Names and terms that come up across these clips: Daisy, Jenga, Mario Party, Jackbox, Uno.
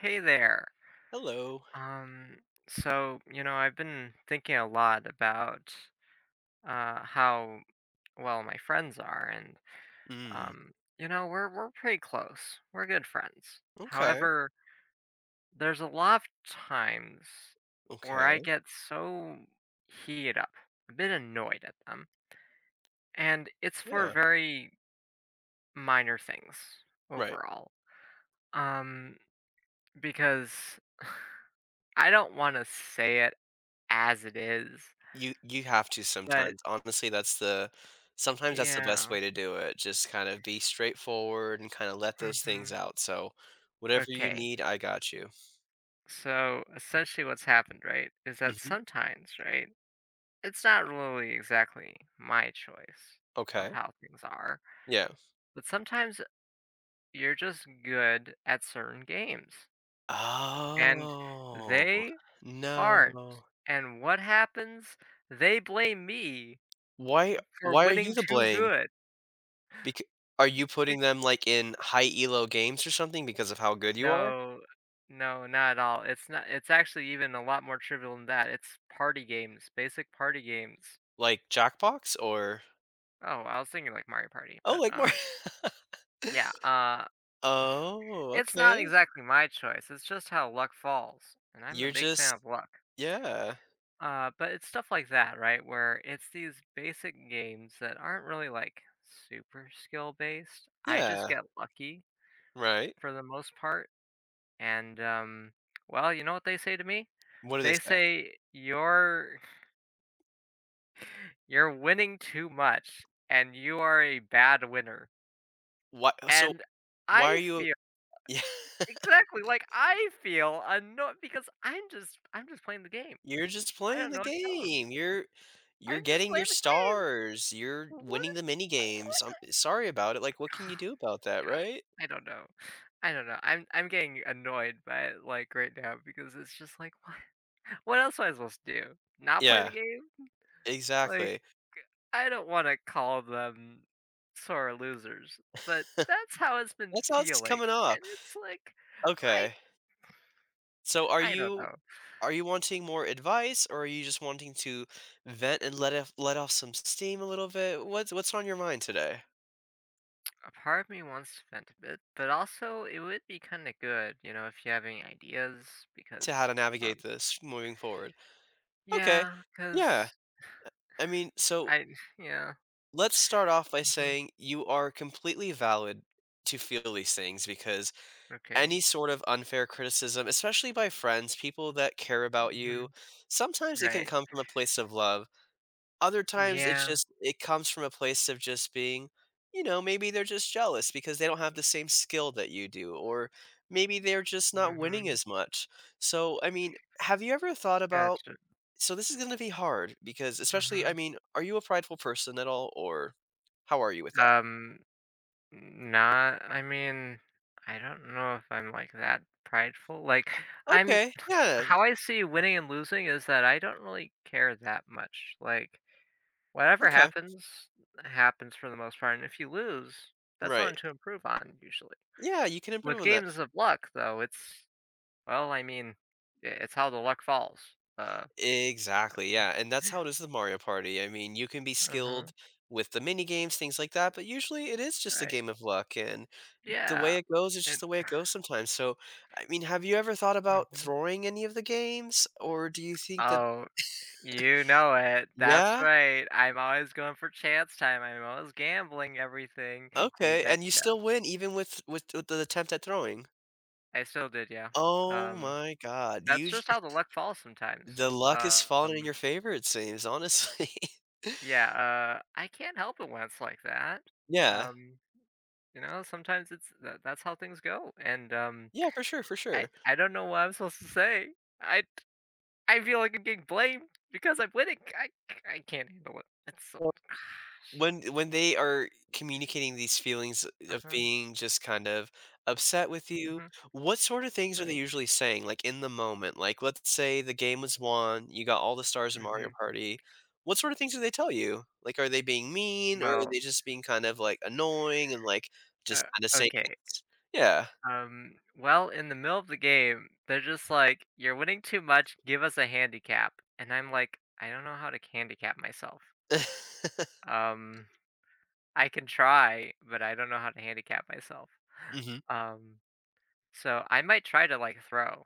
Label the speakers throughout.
Speaker 1: Hey there.
Speaker 2: Hello.
Speaker 1: Um, you know, I've been thinking a lot about how well my friends are. And
Speaker 2: Mm,
Speaker 1: um, you know, we're pretty close. We're good friends.
Speaker 2: okay,
Speaker 1: However, there's a lot of times where I
Speaker 2: okay.
Speaker 1: get so heated up, a bit annoyed at them, and it's for
Speaker 2: Yeah,
Speaker 1: very minor things
Speaker 2: right.
Speaker 1: overall. Um, because I don't want to say it as it is,
Speaker 2: You have to
Speaker 1: but
Speaker 2: sometimes. Honestly, that's the sometimes that's the best
Speaker 1: yeah.
Speaker 2: way to do it. Just kind of be straightforward and kind of let those things
Speaker 1: Hmm.
Speaker 2: out. So, whatever you
Speaker 1: Okay.
Speaker 2: need, I got you.
Speaker 1: So essentially, what's happened, right, is that
Speaker 2: Mhm.
Speaker 1: sometimes, right, it's not really exactly my choice of
Speaker 2: Okay.
Speaker 1: how things are,
Speaker 2: Yeah.
Speaker 1: but sometimes you're just good at certain games and
Speaker 2: Oh,
Speaker 1: they aren't.
Speaker 2: no.
Speaker 1: And what happens? They blame me
Speaker 2: Why
Speaker 1: for
Speaker 2: why are you
Speaker 1: winning
Speaker 2: to
Speaker 1: too
Speaker 2: blame?
Speaker 1: good.
Speaker 2: Because are you putting
Speaker 1: Because
Speaker 2: them, like, in high elo games or something because of how good you are?
Speaker 1: no, no, not at all. It's not. It's actually even a lot more trivial than that. It's party games, basic party games.
Speaker 2: Like Jackbox or
Speaker 1: Oh, I was thinking like Mario Party,
Speaker 2: oh,
Speaker 1: but
Speaker 2: like more
Speaker 1: yeah,
Speaker 2: oh,
Speaker 1: it's
Speaker 2: okay.
Speaker 1: not exactly my choice. It's just how luck falls, and I'm a
Speaker 2: You're
Speaker 1: big fan
Speaker 2: just
Speaker 1: of luck.
Speaker 2: yeah.
Speaker 1: But it's stuff like that, right? Where it's these basic games that aren't really like super skill based. I just
Speaker 2: Yeah.
Speaker 1: get lucky
Speaker 2: Right.
Speaker 1: for the most part, and well, you know what they say to me?
Speaker 2: What do they
Speaker 1: They
Speaker 2: say?
Speaker 1: say you're you're winning too much, and you are a bad winner.
Speaker 2: Why so
Speaker 1: And
Speaker 2: why are
Speaker 1: I
Speaker 2: you
Speaker 1: feel
Speaker 2: yeah,
Speaker 1: exactly, like, I feel annoyed because I'm just playing the game.
Speaker 2: you're just
Speaker 1: I
Speaker 2: playing
Speaker 1: don't
Speaker 2: the
Speaker 1: know what to tell them.
Speaker 2: game. You're
Speaker 1: I'm just
Speaker 2: getting your
Speaker 1: playing the game.
Speaker 2: stars. You're
Speaker 1: What
Speaker 2: winning the mini games. I'm sorry about it. Like, what can you do about that,
Speaker 1: God,
Speaker 2: right?
Speaker 1: I don't know. I don't know. I'm getting annoyed by it, like, right now because it's just like, what else am I supposed to do? Not play the
Speaker 2: Yeah,
Speaker 1: game?" Like,
Speaker 2: exactly.
Speaker 1: I don't wanna call them sore losers, but that's how it's been
Speaker 2: That's how it's
Speaker 1: feeling,
Speaker 2: coming off.
Speaker 1: and it's like, I
Speaker 2: Okay. So
Speaker 1: I don't know.
Speaker 2: are you wanting more advice or are you just wanting to vent and let off some steam a little bit? What's on your mind today?
Speaker 1: A part of me wants to vent a bit, but also it would be kind of good, you know, if you have any ideas,
Speaker 2: To how
Speaker 1: because,
Speaker 2: to navigate
Speaker 1: um,
Speaker 2: this moving forward. Okay.
Speaker 1: yeah, because
Speaker 2: Yeah. I mean, so
Speaker 1: I, yeah,
Speaker 2: let's start off by
Speaker 1: hmm,
Speaker 2: saying you are completely valid to feel these things because
Speaker 1: okay,
Speaker 2: any sort of unfair criticism, especially by friends, people that care about
Speaker 1: hmm,
Speaker 2: you, sometimes it can
Speaker 1: right,
Speaker 2: come from a place of love. Other times
Speaker 1: yeah,
Speaker 2: it comes from a place of just being, you know, maybe they're just jealous because they don't have the same skill that you do or maybe they're just not winning
Speaker 1: hmm,
Speaker 2: as much. So, I mean, have you ever thought about?
Speaker 1: gotcha,
Speaker 2: So this is going to be hard because especially I
Speaker 1: hmm,
Speaker 2: mean, are you a prideful person at all or how are you with that?
Speaker 1: um, not, I mean, I don't know if I'm like that prideful. Like, I'm,
Speaker 2: Okay. Yeah.
Speaker 1: how I see winning and losing is that I don't really care that much. Like, whatever
Speaker 2: Okay.
Speaker 1: happens, happens for the most part, and if you lose, that's something
Speaker 2: Right.
Speaker 1: to improve on usually.
Speaker 2: Yeah, you can improve
Speaker 1: With
Speaker 2: on that.
Speaker 1: games of luck, though, it's well, I mean, I it's how the luck falls. Uh
Speaker 2: Exactly. Yeah, and that's how it is with Mario Party. I mean, you can be
Speaker 1: Uh-huh,
Speaker 2: skilled with the mini games, things like that, but usually it is just a
Speaker 1: right.
Speaker 2: game of luck, and the
Speaker 1: Yeah,
Speaker 2: way it goes is just
Speaker 1: and
Speaker 2: the way it goes sometimes. So, I mean, have you ever thought about
Speaker 1: mhm.
Speaker 2: throwing any of the games or do you think that
Speaker 1: Oh, you know it. That's
Speaker 2: yeah?
Speaker 1: right. I'm always going for chance time, I'm always gambling everything. You
Speaker 2: Okay. And you still
Speaker 1: betcha.
Speaker 2: win even with the attempt at throwing.
Speaker 1: I still did, yeah.
Speaker 2: Oh
Speaker 1: Um,
Speaker 2: my god, you
Speaker 1: that's
Speaker 2: sh
Speaker 1: just how the luck falls sometimes.
Speaker 2: the luck is falling in
Speaker 1: Um
Speaker 2: your favor, it seems, honestly.
Speaker 1: Yeah, I can't help it when it's like that.
Speaker 2: Yeah.
Speaker 1: Um, you know, sometimes it's that's how things go, and
Speaker 2: Yeah, for sure, for
Speaker 1: I
Speaker 2: sure.
Speaker 1: I don't know what I'm supposed to say. I I feel like I'm getting blamed because I'm winning. I can't handle it. It's so
Speaker 2: So, when they are communicating these feelings of
Speaker 1: uh-huh,
Speaker 2: being just kind of upset with you,
Speaker 1: mhm,
Speaker 2: what sort of things are
Speaker 1: right,
Speaker 2: they usually saying, like, in the moment? Like, let's say the game was won, you got all the stars in Mario
Speaker 1: mhm.
Speaker 2: Party. What sort of things do they tell you? Like, are they being mean, or are
Speaker 1: Well,
Speaker 2: they just being kind of, like, annoying and, like,
Speaker 1: uh,
Speaker 2: just kinda saying
Speaker 1: okay,
Speaker 2: things? Yeah.
Speaker 1: well, in the middle of the game, they're just like, "You're winning too much, give us a handicap," and I'm like, "I don't know how to handicap myself." Um I can try, but I don't know how to handicap myself.
Speaker 2: Mhm,
Speaker 1: Um, so I might try to like throw.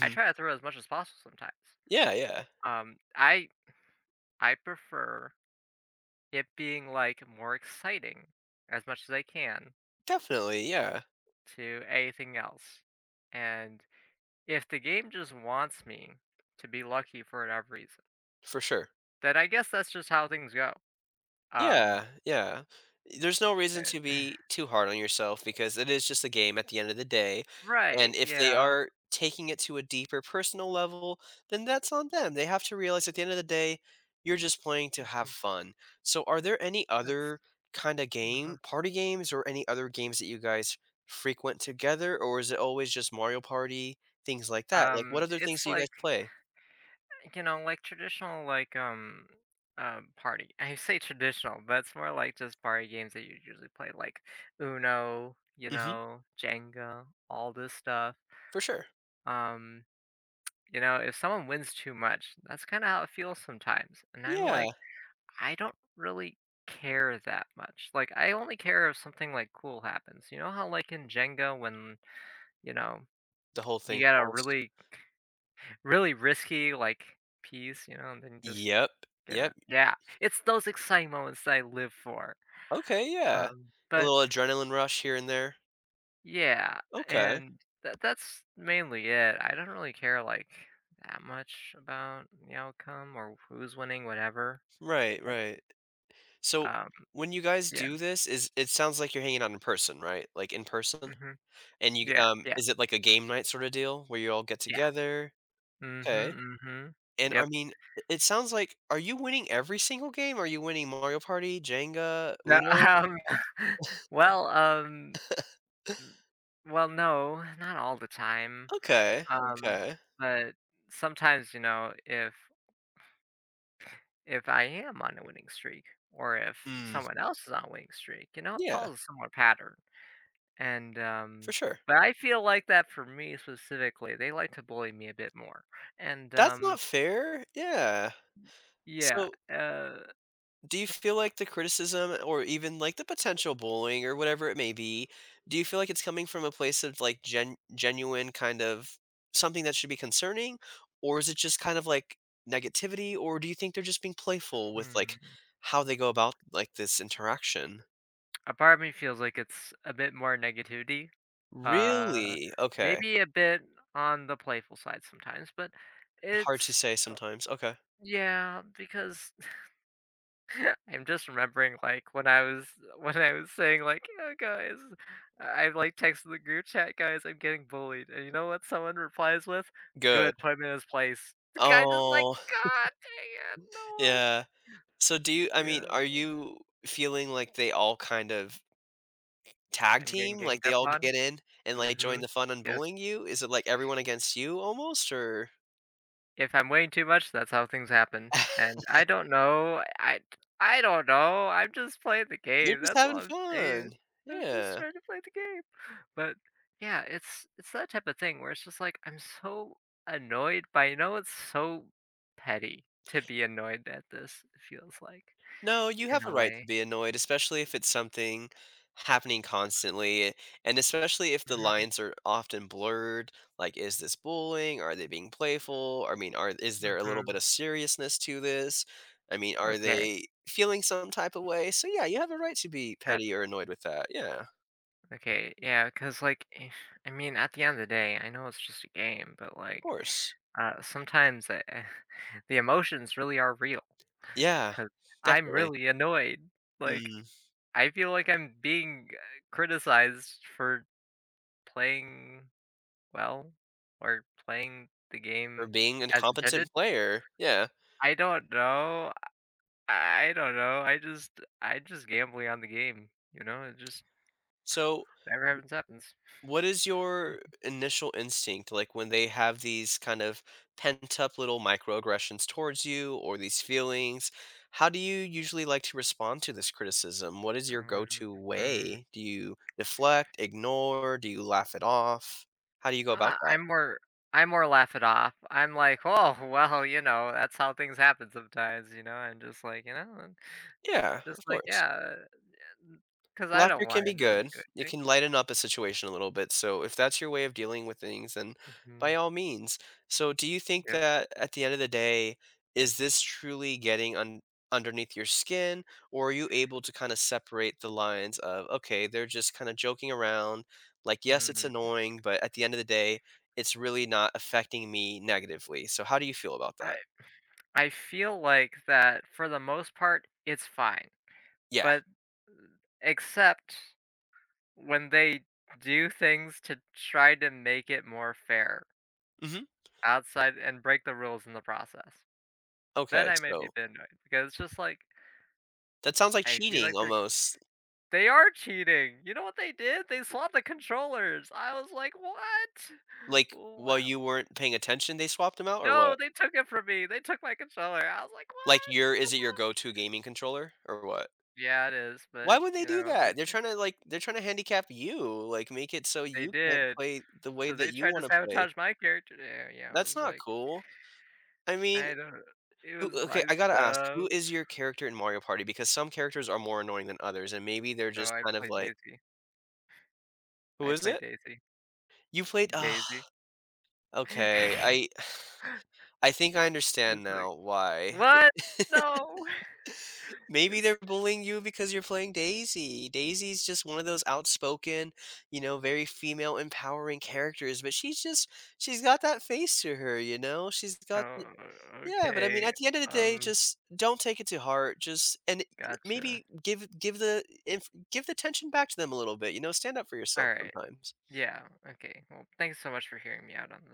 Speaker 1: I try to throw as much as possible sometimes.
Speaker 2: Yeah, yeah.
Speaker 1: Um, I I prefer it being like more exciting as much as I can
Speaker 2: Definitely, yeah.
Speaker 1: to anything else. And if the game just wants me to be lucky for whatever reason,
Speaker 2: For sure.
Speaker 1: then I guess that's just how things go. Um,
Speaker 2: Yeah, yeah. There's no reason to
Speaker 1: eh,
Speaker 2: be too hard on yourself because it is just a game at the end of the day,
Speaker 1: right?
Speaker 2: and if they
Speaker 1: Yeah.
Speaker 2: are taking it to a deeper personal level, then that's on them. They have to realize at the end of the day, you're just playing to have
Speaker 1: Mhm,
Speaker 2: fun. So are there any
Speaker 1: that's.
Speaker 2: other kinda
Speaker 1: Uh-huh.
Speaker 2: game party games or any other games that you guys frequent together, or is it always just Mario Party, things like that? Like, what other
Speaker 1: It's
Speaker 2: things do you guys
Speaker 1: like
Speaker 2: play?
Speaker 1: you know, like traditional like party. I say traditional, but it's more like just party games that you usually play like Uno, you
Speaker 2: Mhm.
Speaker 1: know, Jenga, all this stuff.
Speaker 2: For sure.
Speaker 1: Um, you know, if someone wins too much, that's kind of how it feels sometimes. And I'm
Speaker 2: Yeah.
Speaker 1: like, I don't really care that much. Like I only care if something like cool happens. You know how like in Jenga when, you know,
Speaker 2: The whole
Speaker 1: you
Speaker 2: thing
Speaker 1: gotta
Speaker 2: falls.
Speaker 1: really really risky, like, piece, you know, and then you just
Speaker 2: Yep,
Speaker 1: get
Speaker 2: yep.
Speaker 1: it, yeah, it's those exciting moments that I live for,
Speaker 2: Okay, yeah. A
Speaker 1: but
Speaker 2: little adrenaline rush here and there.
Speaker 1: yeah,
Speaker 2: Okay.
Speaker 1: and that that's mainly it. I don't really care, like, that much about the outcome or who's winning, whatever,
Speaker 2: Right,
Speaker 1: but,
Speaker 2: right. So,
Speaker 1: um,
Speaker 2: when you guys
Speaker 1: yeah,
Speaker 2: do this, is it sounds like you're hanging out in person, right? Like, in person?
Speaker 1: mhm,
Speaker 2: And you
Speaker 1: yeah, yeah,
Speaker 2: is it like a game night sorta deal where you all get
Speaker 1: yeah,
Speaker 2: together? Okay.
Speaker 1: mhm, mhm,
Speaker 2: And, I
Speaker 1: yep.
Speaker 2: mean, I it sounds like are you winning every single game? Are you winning Mario Party, Jenga,
Speaker 1: No,
Speaker 2: Uno?
Speaker 1: well, well, no, not all the time.
Speaker 2: Okay,
Speaker 1: Um,
Speaker 2: okay.
Speaker 1: but sometimes, you know, if I am on a winning streak or if
Speaker 2: Mm,
Speaker 1: someone else is on a winning streak, you know, it
Speaker 2: yeah,
Speaker 1: follows a similar pattern. And
Speaker 2: for sure.
Speaker 1: but I feel like that for me specifically, they like to bully me a bit more. And
Speaker 2: That's not fair. Yeah.
Speaker 1: yeah,
Speaker 2: So
Speaker 1: uh
Speaker 2: do you feel like the criticism or even like the potential bullying or whatever it may be, do you feel like it's coming from a place of like genuine kind of something that should be concerning? Or is it just kind of like negativity? Or do you think they're just being playful with like
Speaker 1: hmm,
Speaker 2: how they go about like this interaction?
Speaker 1: a part of me feels like it's a bit more negativity. Uh
Speaker 2: Really? Okay.
Speaker 1: maybe a bit on the playful side sometimes, but
Speaker 2: Hard to
Speaker 1: it's
Speaker 2: say sometimes. Okay.
Speaker 1: yeah, because I'm just remembering, like, when I was when I was saying, like, "Yeah, guys," like, texted the group chat, "Guys, I'm getting bullied," and you know what someone replies with?
Speaker 2: Good.
Speaker 1: "Good, put him in his place." I'm just like,
Speaker 2: Oh,
Speaker 1: "God dang it, no one."
Speaker 2: yeah. So do you, I mean,
Speaker 1: Yeah,
Speaker 2: are you feeling like they all kind of tag
Speaker 1: I'm getting
Speaker 2: team? Like,
Speaker 1: ganged
Speaker 2: they
Speaker 1: up
Speaker 2: all
Speaker 1: on.
Speaker 2: get in and, like, join
Speaker 1: Mhm.
Speaker 2: the fun on
Speaker 1: Yes.
Speaker 2: bullying you? Is it, like, everyone against you almost, or
Speaker 1: If I'm waiting too much, that's how things happen, and I don't know, I don't know, I'm just playing the
Speaker 2: you're
Speaker 1: game,
Speaker 2: just
Speaker 1: that's all
Speaker 2: having
Speaker 1: I'm saying.
Speaker 2: fun.
Speaker 1: I'm just
Speaker 2: Yeah.
Speaker 1: trying to play the game. But yeah, it's that type of thing where it's just like I'm so annoyed by I know it's so petty to be annoyed at this, it feels like,
Speaker 2: No, you
Speaker 1: in
Speaker 2: have a
Speaker 1: a
Speaker 2: right to
Speaker 1: way.
Speaker 2: be annoyed, especially if it's something happening constantly, and especially if the
Speaker 1: Mhm,
Speaker 2: lines are often blurred, like, is this bullying? Are they being playful? I mean, are is there a little bit
Speaker 1: mhm.
Speaker 2: of seriousness to this? I mean, are
Speaker 1: Okay,
Speaker 2: they feeling some type of way? So, yeah, you have a right to be petty or
Speaker 1: gotcha.
Speaker 2: annoyed with that. Yeah, of
Speaker 1: Okay, yeah, because like, eh, I mean, at the end of the day, I know it's just a game, but, like,
Speaker 2: course.
Speaker 1: sometimes, eh, the emotions really are real.
Speaker 2: Yeah,
Speaker 1: Because 'cause I'm
Speaker 2: definitely.
Speaker 1: really annoyed. Like,
Speaker 2: Mm,
Speaker 1: I feel like I'm being, criticized for playing well or playing the
Speaker 2: for
Speaker 1: game
Speaker 2: being a
Speaker 1: as intended?
Speaker 2: competent player, yeah.
Speaker 1: I don't know. I don't know. I just gambling on the game, you know? It just
Speaker 2: So,
Speaker 1: whatever happens happens.
Speaker 2: what is your initial instinct, like, when they have these kind of pent up little microaggressions towards you or these feelings? How do you usually like to respond to this criticism? What is your
Speaker 1: Um,
Speaker 2: go-to
Speaker 1: hmm.
Speaker 2: way? Do you deflect, ignore, do you laugh it off? How do you go about
Speaker 1: Uh,
Speaker 2: that?
Speaker 1: I'm more I more laugh it off. I'm like, "Oh, well, you know, that's how things happen sometimes," you know? I'm just like, you know, and
Speaker 2: Yeah,
Speaker 1: just
Speaker 2: of
Speaker 1: like,
Speaker 2: course.
Speaker 1: yeah, because I
Speaker 2: Laughter
Speaker 1: don't
Speaker 2: can be
Speaker 1: wanna really
Speaker 2: good.
Speaker 1: do
Speaker 2: It
Speaker 1: anything.
Speaker 2: can lighten up a situation a little bit. So if that's your way of dealing with things, then by
Speaker 1: Mhm.
Speaker 2: all means. So do you think
Speaker 1: Yep.
Speaker 2: that at the end of the day, is this truly getting underneath your skin, or are you able to kind of separate the lines of okay, they're just kind of joking around? Like, yes, it's
Speaker 1: Mhm.
Speaker 2: annoying, but at the end of the day, it's really not affecting me negatively. So how do you feel about that?
Speaker 1: I I feel like that for the most part, it's fine,
Speaker 2: Yeah.
Speaker 1: but except when they do things to try to make it more fair
Speaker 2: Hmm.
Speaker 1: outside and break the rules in the process. Then
Speaker 2: Okay.
Speaker 1: I may be
Speaker 2: So
Speaker 1: a bit annoyed because it's just like
Speaker 2: that sounds like
Speaker 1: I feel
Speaker 2: cheating
Speaker 1: like
Speaker 2: almost.
Speaker 1: they are cheating. You know what they did? They swapped the controllers. I was like, "What?
Speaker 2: Like, while
Speaker 1: Wow.
Speaker 2: you weren't paying attention, they swapped them out or what?
Speaker 1: No, they took it from me. They took my controller." I was like,
Speaker 2: Like,
Speaker 1: "What?"
Speaker 2: your is it your go-to gaming controller or what?
Speaker 1: Yeah, it is,
Speaker 2: Why
Speaker 1: but
Speaker 2: would they
Speaker 1: you
Speaker 2: do
Speaker 1: know,
Speaker 2: that? They're trying to, like they're trying to handicap you, like, make it so
Speaker 1: they
Speaker 2: you can't
Speaker 1: did.
Speaker 2: play the way
Speaker 1: So
Speaker 2: that
Speaker 1: they
Speaker 2: you
Speaker 1: tried to
Speaker 2: wanna play.
Speaker 1: sabotage my character. Yeah, yeah, I
Speaker 2: That's
Speaker 1: was
Speaker 2: not
Speaker 1: like,
Speaker 2: cool. I mean,
Speaker 1: I don't it
Speaker 2: who
Speaker 1: was
Speaker 2: okay,
Speaker 1: my
Speaker 2: I gotta ask,
Speaker 1: stuff.
Speaker 2: who is your character in Mario Party? Because some characters are more annoying than others, and maybe they're
Speaker 1: Oh,
Speaker 2: just
Speaker 1: I
Speaker 2: kind of
Speaker 1: play
Speaker 2: like
Speaker 1: Daisy.
Speaker 2: who
Speaker 1: I
Speaker 2: is
Speaker 1: play
Speaker 2: it?
Speaker 1: Daisy.
Speaker 2: You played ah,
Speaker 1: Daisy.
Speaker 2: okay, I I think I understand
Speaker 1: It's like,
Speaker 2: now why.
Speaker 1: "What? No!"
Speaker 2: Maybe
Speaker 1: It's
Speaker 2: they're bullying you because you're playing Daisy. Daisy's just one of those outspoken, you know, very female empowering characters, but she's just she's got that face to her, you know? She's got
Speaker 1: oh,
Speaker 2: th yeah, but I mean,
Speaker 1: okay.
Speaker 2: at the end of the day,
Speaker 1: Um,
Speaker 2: just don't take it to heart. Just and y
Speaker 1: gotcha.
Speaker 2: maybe give the inf give the tension back to them a little bit, you know? Stand up for yourself
Speaker 1: Alright.
Speaker 2: sometimes.
Speaker 1: Yeah, okay. Well, thanks so much for hearing me out on this.